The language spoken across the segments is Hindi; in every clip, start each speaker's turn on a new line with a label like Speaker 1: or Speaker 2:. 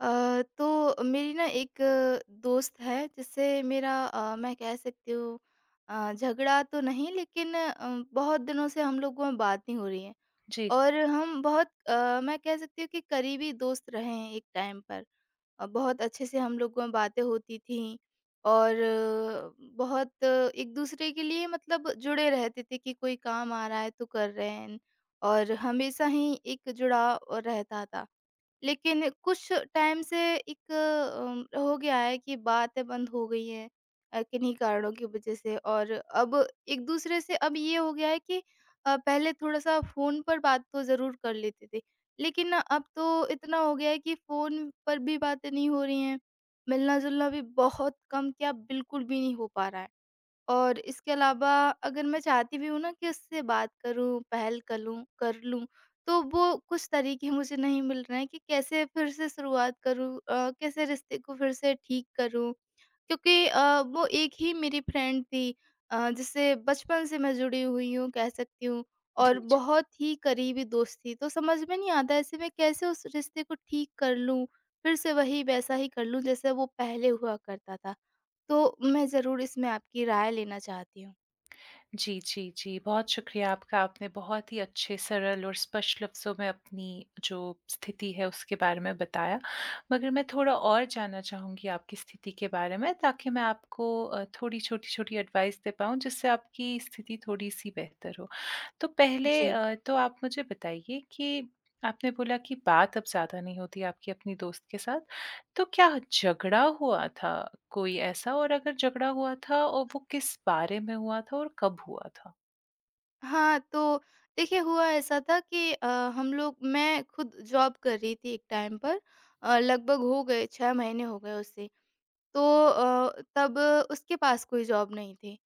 Speaker 1: तो मेरी ना एक दोस्त है जिससे मेरा मैं कह सकती हूँ झगड़ा तो नहीं लेकिन बहुत दिनों से हम लोगों में बात नहीं हो रही है
Speaker 2: जी,
Speaker 1: और हम बहुत मैं कह सकती हूँ कि करीबी दोस्त रहे हैं एक टाइम पर। बहुत अच्छे से हम लोगों में बातें होती थी और बहुत एक दूसरे के लिए मतलब जुड़े रहते थे कि कोई काम आ रहा है तो कर रहे हैं और हमेशा ही एक जुड़ाव रहता था। लेकिन कुछ टाइम से एक हो गया है कि बातें बंद हो गई हैं किन्हीं कारणों की वजह से और अब एक दूसरे से अब ये हो गया है कि पहले थोड़ा सा फ़ोन पर बात तो ज़रूर कर लेते थे, लेकिन ना अब तो इतना हो गया है कि फ़ोन पर भी बातें नहीं हो रही हैं, मिलना-जुलना भी बहुत कम क्या बिल्कुल भी नहीं हो पा रहा है। और इसके अलावा अगर मैं चाहती भी हूँ ना कि उससे बात करूँ, पहल करूँ कर लूँ, तो वो कुछ तरीके मुझे नहीं मिल रहे हैं कि कैसे फिर से शुरुआत करूँ, कैसे रिश्ते को फिर से ठीक करूँ? क्योंकि वो एक ही मेरी फ्रेंड थी जिससे बचपन से मैं जुड़ी हुई हूँ कह सकती हूँ और बहुत ही करीबी दोस्त थी। तो समझ में नहीं आता ऐसे में कैसे उस रिश्ते को ठीक कर लूँ? फिर से वही वैसा ही कर लूँ जैसे वो पहले हुआ करता था। तो मैं ज़रूर इसमें आपकी राय लेना चाहती हूँ।
Speaker 2: जी, जी, जी। बहुत शुक्रिया आपका। आपने बहुत ही अच्छे, सरल और स्पष्ट लफ्ज़ों में अपनी जो स्थिति है, उसके बारे में बताया। मगर मैं थोड़ा और जानना चाहूँगी आपकी स्थिति के बारे में, ताकि मैं आपको थोड़ी छोटी-छोटी एडवाइस दे पाऊँ, जिससे आपकी स्थिति थोड़ी-सी बेहतर हो। तो पहले
Speaker 1: जी।
Speaker 2: तो आप मुझे बताइए कि आपने बोला कि बात अब ज़्यादा नहीं होती आपकी अपनी दोस्त के साथ? तो क्या झगड़ा हुआ था कोई ऐसा, और अगर झगड़ा हुआ था और वो किस बारे में हुआ था और कब हुआ था?
Speaker 1: हाँ, तो देखिए हुआ ऐसा था कि हम लोग मैं खुद जॉब कर रही थी एक टाइम पर। लगभग हो गए 6 महीने हो गए उसे। तो तब उसके पास कोई जॉब नहीं थी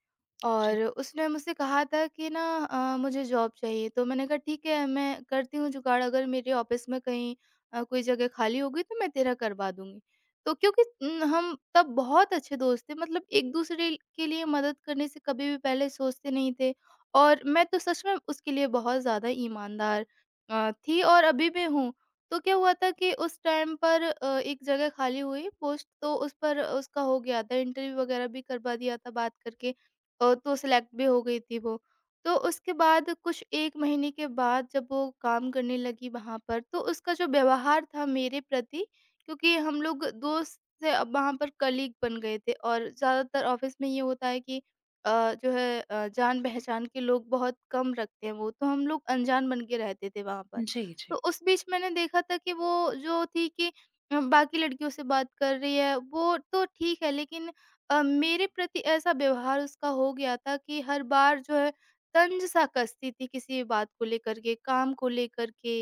Speaker 2: जी।
Speaker 1: और उसने मुझसे कहा था कि ना मुझे जॉब चाहिए तो मैंने कहा ठीक है मैं करती हूँ जुगाड़ अगर मेरे ऑफिस में कहीं कोई जगह खाली होगी तो मैं तेरा करवा दूंगी। तो क्योंकि न, हम तब बहुत अच्छे दोस्त थे मतलब एक दूसरे के लिए मदद करने से कभी भी पहले सोचते नहीं थे और मैं तो सच में उसके लिए बहुत ज़्यादा ईमानदार थी और अभी भी हूँ। तो क्या हुआ था कि उस टाइम पर एक जगह खाली हुई पोस्ट तो उस पर उसका हो गया था, इंटरव्यू वगैरह भी करवा दिया था बात करके और तो सिलेक्ट भी हो गई थी वो। तो उसके बाद कुछ 1 महीने के बाद जब वो काम करने लगी वहाँ पर, तो उसका जो व्यवहार था मेरे प्रति, क्योंकि हम लोग दोस्त से अब वहाँ पर कलीग बन गए थे और ज़्यादातर ऑफ़िस में ये होता है कि जो है जान-पहचान के लोग बहुत कम रखते हैं वो, तो हम लोग अनजान बन के रहते थे वहाँ पर।
Speaker 2: जी, जी।
Speaker 1: तो उस बीच मैंने देखा था कि वो जो थी कि बाकी लड़कियों से बात कर रही है, वो तो ठीक है लेकिन मेरे प्रति ऐसा व्यवहार उसका हो गया था कि हर बार जो है तंज-सा कसती थी किसी भी बात को लेकर के, काम को लेकर के,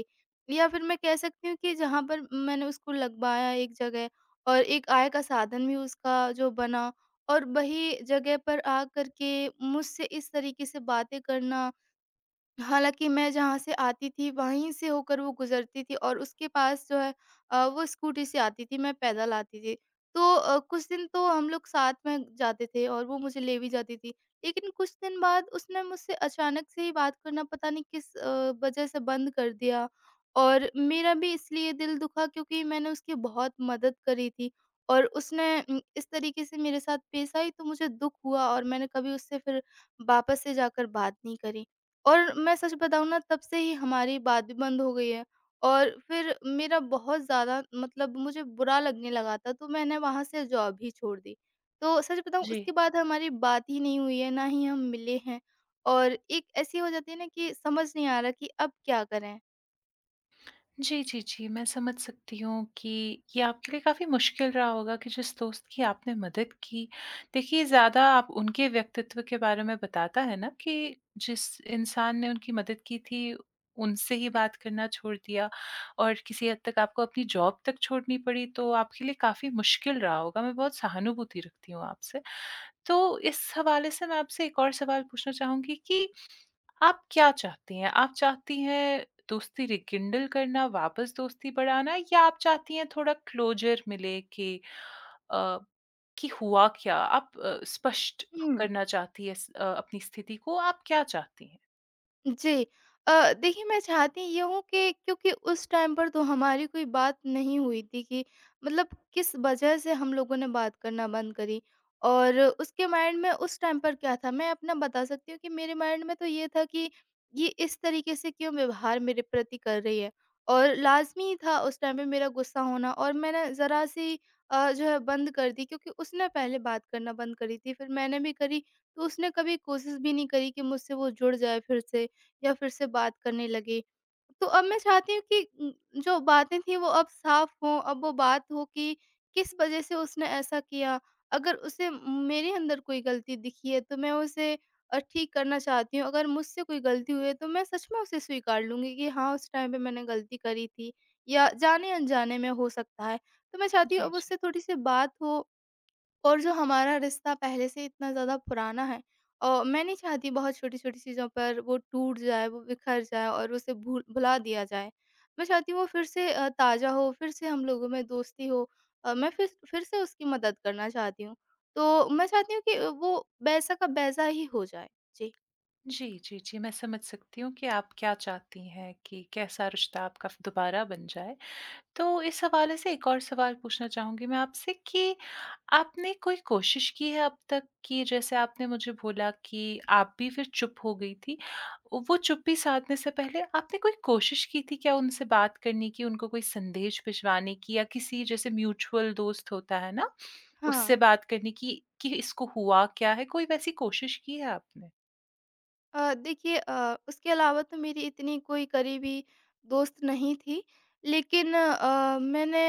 Speaker 1: या फिर मैं कह सकती हूँ कि जहाँ पर मैंने उसको लगवाया एक जगह और एक आय का साधन भी उसका जो बना, और वही जगह पर आकर के मुझसे इस तरीके से बातें करना। हालाँकि मैं जहाँ से आती थी वहीं से होकर वो गुज़रती थी और उसके पास जो है वो स्कूटी से आती थी, मैं पैदल आती थी। तो कुछ दिन तो हम लोग साथ में जाते थे और वो मुझे ले भी जाती थी। लेकिन कुछ दिन बाद उसने मुझसे अचानक से ही बात करना पता नहीं किस वज़ह से बंद कर दिया और मेरा भी इसलिए दिल दुखा क्योंकि मैंने उसकी बहुत मदद करी थी और उसने इस तरीके से मेरे साथ पेश आई तो मुझे दुःख हुआ और मैंने कभी उससे फिर वापस से जाकर बात नहीं करी। और मैं सच बताऊँ ना तब से ही हमारी बात भी बंद हो गई है और फिर मेरा बहुत ज़्यादा मतलब मुझे बुरा लगने लगा था तो मैंने वहाँ से जॉब ही छोड़ दी। तो सच बताऊँ
Speaker 2: जी।
Speaker 1: उसके बाद हमारी बात ही नहीं हुई है, ना ही हम मिले हैं और एक ऐसी हो जाती है ना कि समझ नहीं आ रहा कि अब क्या करें?
Speaker 2: जी, जी, जी। मैं समझ सकती हूँ कि ये आपके लिए काफ़ी मुश्किल रहा होगा कि जिस दोस्त की आपने मदद की, देखिए ज़्यादा आप उनके व्यक्तित्व के बारे में बताता है ना कि जिस इंसान ने उनकी मदद की थी, उनसे ही बात करना छोड़ दिया और किसी हद तक आपको अपनी जॉब तक छोड़नी पड़ी, तो आपके लिए काफ़ी मुश्किल रहा होगा। मैं बहुत सहानुभूति रखती हूँ आपसे। तो इस हवाले से मैं आपसे एक और सवाल पूछना चाहूँगी कि आप क्या चाहती हैं? आप चाहती हैं दोस्ती रिकिंडल करना, वापस दोस्ती बढ़ाना, या आप चाहती हैं थोड़ा क्लोज़र मिले कि अ, कि हुआ क्या? आप स्पष्ट
Speaker 1: हम्म।
Speaker 2: करना चाहती हैं अपनी स्थिति को, आप क्या चाहती हैं?
Speaker 1: जी। देखिए मैं चाहती ये हूँ कि क्योंकि उस टाइम पर तो हमारी कोई बात नहीं हुई थी कि मतलब किस वजह से हम लोगों ने बात करना बंद करी और उसके माइंड में उस टाइम पर क्या था? मैं अपना बता सकती हूँ कि मेरे माइंड में तो ये था कि ये इस तरीके से क्यों व्यवहार मेरे प्रति कर रही है और लाज़मी था उस टाइम पे मेरा गुस्सा होना, और मैंने ज़रा-सी जो है बंद कर दी क्योंकि उसने पहले बात करना बंद करी थी, फिर मैंने भी करी, तो उसने कभी कोशिश भी नहीं करी कि मुझसे वो जुड़ जाए फिर से या फिर से बात करने लगे। तो अब मैं चाहती हूँ कि जो बातें थी वो अब साफ़ हों, अब वो बात हो कि किस वज़ह से उसने ऐसा किया। अगर उसे मेरे अंदर कोई गलती दिखी है तो मैं उसे ठीक करना चाहती हूँ। अगर मुझसे कोई गलती हुई है तो मैं सच में उसे स्वीकार लूँगी कि हाँ, उस टाइम पे मैंने गलती करी थी या जाने-अनजाने में हो सकता है। तो मैं चाहती हूँ
Speaker 2: जी,
Speaker 1: अब
Speaker 2: जी।
Speaker 1: उससे थोड़ी-सी बात हो और जो हमारा रिश्ता पहले से इतना ज़्यादा पुराना है और मैं नहीं चाहती बहुत छोटी-छोटी चीज़ों पर वो टूट जाए, वो बिखर जाए और उसे भूल भुला दिया जाए। मैं चाहती हूँ वो फिर से ताज़ा हो, फिर से हम लोगों में दोस्ती हो। मैं फिर से उसकी मदद करना चाहती हूँ। तो मैं चाहती हूँ कि वो वैसा का वैसा ही हो जाए। जी।
Speaker 2: जी, जी, जी, मैं समझ सकती हूँ कि आप क्या चाहती हैं, कि कैसा रिश्ता आपका फ़ दोबारा बन जाए। तो इस हवाले से एक और सवाल पूछना चाहूँगी मैं आपसे कि आपने कोई कोशिश की है अब तक? कि जैसे आपने मुझे बोला कि आप भी फिर चुप हो गई थी। वो चुप्पी साधने से पहले आपने कोई कोशिश की थी क्या उनसे बात करने की, उनको कोई संदेश भिजवाने की, या किसी जैसे म्यूचुअल दोस्त होता है ना, उससे
Speaker 1: हाँ।
Speaker 2: बात करने की कि इसको हुआ क्या है? कोई वैसी कोशिश की है आपने?
Speaker 1: देखिए उसके अलावा तो मेरी इतनी कोई करीबी दोस्त नहीं थी, लेकिन मैंने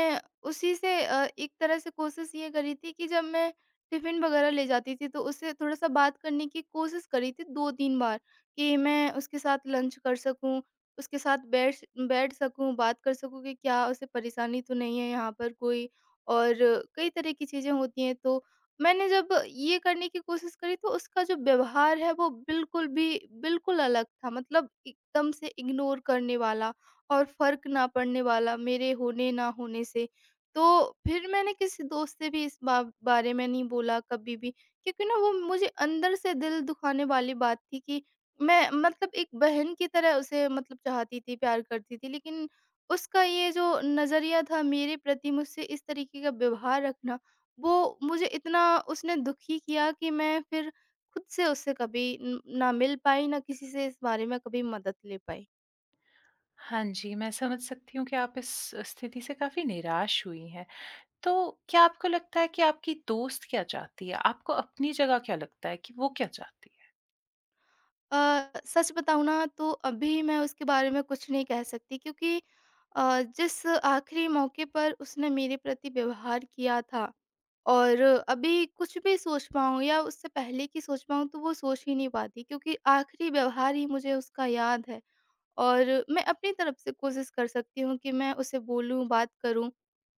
Speaker 1: उसी से एक तरह से कोशिश ये करी थी कि जब मैं टिफ़िन वगैरह ले जाती थी तो उससे थोड़ा-सा बात करने की कोशिश करी थी 2-3 बार कि मैं उसके साथ लंच कर सकूँ, उसके साथ बैठ बैठ सकूँ, बात कर सकूँ कि क्या उसे परेशानी तो नहीं है यहाँ पर कोई और कई तरह की चीज़ें होती हैं। तो मैंने जब ये करने की कोशिश करी तो उसका जो व्यवहार है वो बिल्कुल अलग था, मतलब एकदम से इग्नोर करने वाला और फ़र्क ना पड़ने वाला मेरे होने ना होने से। तो फिर मैंने किसी दोस्त से भी इस बा बारे में नहीं बोला कभी भी क्योंकि ना वो मुझे अंदर से दिल दुखाने वाली बात थी कि मैं मतलब एक बहन की तरह उसे मतलब चाहती थी, प्यार करती थी, लेकिन उसका ये जो नज़रिया था मेरे प्रति मुझसे इस तरीके का व्यवहार रखना, वो मुझे इतना उसने दुखी किया कि मैं फिर खुद से उससे कभी ना मिल पाई ना किसी से इस बारे में कभी मदद ले पाई।
Speaker 2: हाँ जी, मैं समझ सकती हूँ कि आप इस स्थिति से काफ़ी निराश हुई हैं। तो क्या आपको लगता है कि आपकी दोस्त क्या चाहती है? आपको अपनी जगह क्या लगता है कि वो क्या चाहती है?
Speaker 1: सच बताऊँ ना तो अभी मैं उसके बारे में कुछ नहीं कह सकती क्योंकि जिस आखिरी मौके पर उसने मेरे प्रति व्यवहार किया था और अभी कुछ भी सोच पाऊँ या उससे पहले की सोच पाऊँ तो वो सोच ही नहीं पाती क्योंकि आखिरी व्यवहार ही मुझे उसका याद है और मैं अपनी तरफ से कोशिश कर सकती हूँ कि मैं उसे बोलूँ, बात करूँ।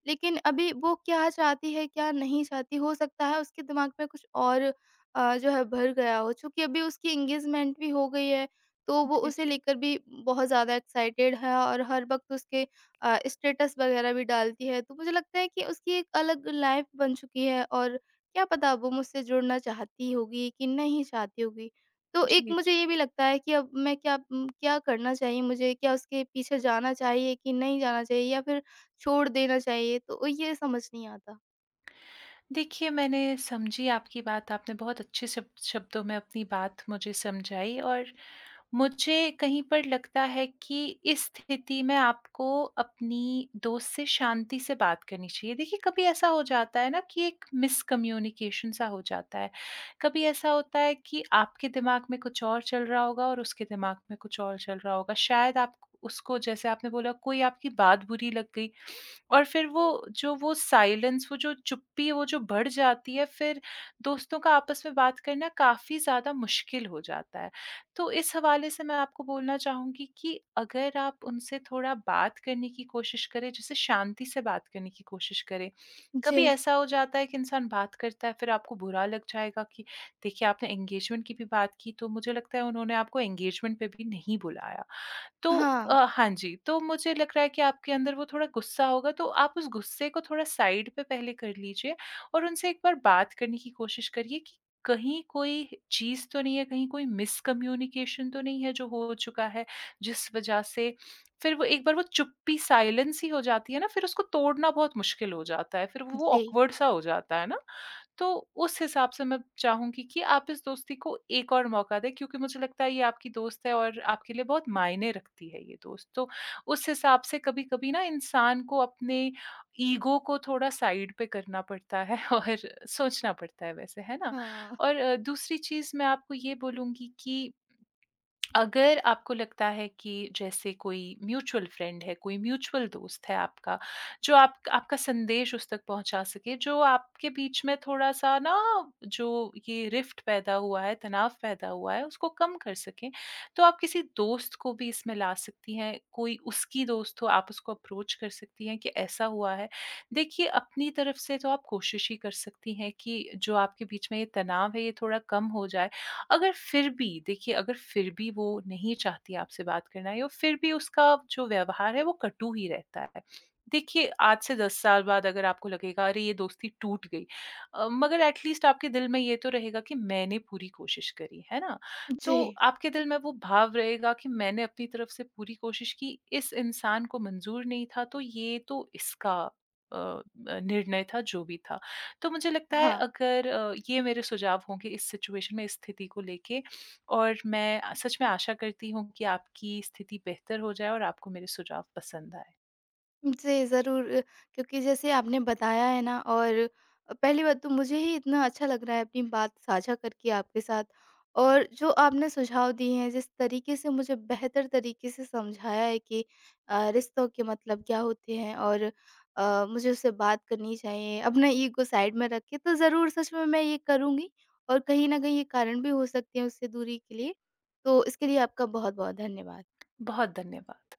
Speaker 1: लेकिन अभी वो क्या चाहती है, क्या नहीं चाहती, हो सकता है उसके दिमाग में कुछ और जो है भर गया हो। चूँकि अभी उसकी एंगेजमेंट भी हो गई है, तो वो
Speaker 2: जी,
Speaker 1: उसे
Speaker 2: जी।
Speaker 1: लेकर भी बहुत ज़्यादा एक्साइटेड है और हर वक़्त उसके स्टेटस वग़ैरह भी डालती है। तो मुझे लगता है कि उसकी एक अलग लाइफ़ बन चुकी है और क्या पता वो मुझसे जुड़ना चाहती होगी कि नहीं चाहती होगी। तो एक
Speaker 2: जी, जी।
Speaker 1: मुझे ये भी लगता है कि अब मैं क्या क्या करना चाहिए मुझे? क्या उसके पीछे जाना चाहिए कि नहीं जाना चाहिए या फिर छोड़ देना चाहिए? तो ये समझ नहीं आता।
Speaker 2: देखिए, मैंने समझी आपकी बात, आपने बहुत अच्छे शब शब्दों में अपनी बात मुझे समझाई, और मुझे कहीं पर लगता है कि इस स्थिति में आपको अपनी दोस्त से शांति से बात करनी चाहिए। देखिए, कभी ऐसा हो जाता है ना कि एक मिसकम्युनिकेशन सा हो जाता है। कभी ऐसा होता है कि आपके दिमाग में कुछ और चल रहा होगा और उसके दिमाग में कुछ और चल रहा होगा। शायद आप उसको, जैसे आपने बोला, कोई आपकी बात बुरी लग गई, और फिर वो जो वो साइलेंस, वो जो चुप्पी वो जो बढ़ जाती है, फिर दोस्तों का आपस में बात करना काफ़ी ज़्यादा मुश्किल हो जाता है। तो इस हवाले से मैं आपको बोलना चाहूँगी कि अगर आप उनसे थोड़ा बात करने की कोशिश करें, जैसे शांति से बात करने की कोशिश करें। कभी
Speaker 1: जी।
Speaker 2: ऐसा हो जाता है कि इंसान बात करता है, फिर आपको बुरा लग जाएगा कि देखिए आपने एंगेजमेंट की भी बात की, तो मुझे लगता है उन्होंने आपको एंगेजमेंट पे भी नहीं बुलाया। तो
Speaker 1: हाँ।
Speaker 2: हाँ जी, तो मुझे लग रहा है कि आपके अंदर वो थोड़ा गुस्सा होगा, तो आप उस गुस्से को थोड़ा साइड पे पहले कर लीजिए और उनसे एक बार बात करने की कोशिश करिए कि कहीं कोई चीज़ तो नहीं है, कहीं कोई मिसकम्युनिकेशन तो नहीं है जो हो चुका है, जिस वजह से फिर वो एक बार वो चुप्पी साइलेंस ही हो जाती है ना, फिर उसको तोड़ना बहुत मुश्किल हो जाता है, फिर वो
Speaker 1: जी।
Speaker 2: ऑकवर्ड सा हो जाता है ना। तो उस हिसाब से मैं चाहूँगी कि आप इस दोस्ती को एक और मौका दें, क्योंकि मुझे लगता है ये आपकी दोस्त है और आपके लिए बहुत मायने रखती है ये दोस्त। तो उस हिसाब से कभी-कभी ना इंसान को अपने ईगो को थोड़ा साइड पे करना पड़ता है और सोचना पड़ता है वैसे, है ना?
Speaker 1: हाँ।
Speaker 2: और दूसरी चीज़ मैं आपको ये बोलूँगी कि अगर आपको लगता है कि जैसे कोई म्यूचुअल फ्रेंड है, कोई म्यूचुअल दोस्त है आपका, जो आप आपका संदेश उस तक पहुँचा सके, जो आपके बीच में थोड़ा-सा ना जो ये रिफ्ट पैदा हुआ है, तनाव पैदा हुआ है, उसको कम कर सकें, तो आप किसी दोस्त को भी इसमें ला सकती हैं। कोई उसकी दोस्त हो, आप उसको अप्रोच कर सकती हैं कि ऐसा हुआ है। देखिए, अपनी तरफ से तो आप कोशिश ही कर सकती हैं कि जो आपके बीच में ये तनाव है, ये थोड़ा कम हो जाए। अगर फिर भी, देखिए अगर फिर भी वो नहीं चाहती आपसे बात करना या फिर भी उसका जो व्यवहार है वो कटु ही रहता है, देखिए आज से 10 साल बाद अगर आपको लगेगा अरे ये दोस्ती टूट गई, मगर एटलीस्ट आपके दिल में ये तो रहेगा कि मैंने पूरी कोशिश करी है ना। तो
Speaker 1: जी।
Speaker 2: आपके दिल में वो भाव रहेगा कि मैंने अपनी तरफ से पूरी कोशिश की, इस इंसान को मंजूर नहीं था तो ये तो इसका अ, अ, निर्णय था जो भी था। तो मुझे लगता है
Speaker 1: हाँ।
Speaker 2: अगर ये मेरे सुझाव होंगे इस सिचुएशन में, इस स्थिति को लेके। और मैं सच में आशा करती हूँ कि आपकी स्थिति बेहतर हो जाए और आपको मेरे सुझाव पसंद आए।
Speaker 1: जी, ज़रूर। क्योंकि जैसे आपने बताया है ना, और पहली बात तो मुझे ही इतना अच्छा लग रहा है अपनी बात साझा करके आपके साथ, और जो आपने सुझाव दिए हैं, जिस तरीके से मुझे बेहतर तरीके से समझाया है कि रिश्तों के मतलब क्या होते हैं और मुझे उससे बात करनी चाहिए, अपना ईगो साइड में रख के, तो ज़रूर सच में मैं ये करूँगी और कहीं न कहीं ये कारण भी हो सकते हैं उससे दूरी के लिए। तो इसके लिए आपका बहुत-बहुत धन्यवाद।
Speaker 2: बहुत धन्यवाद।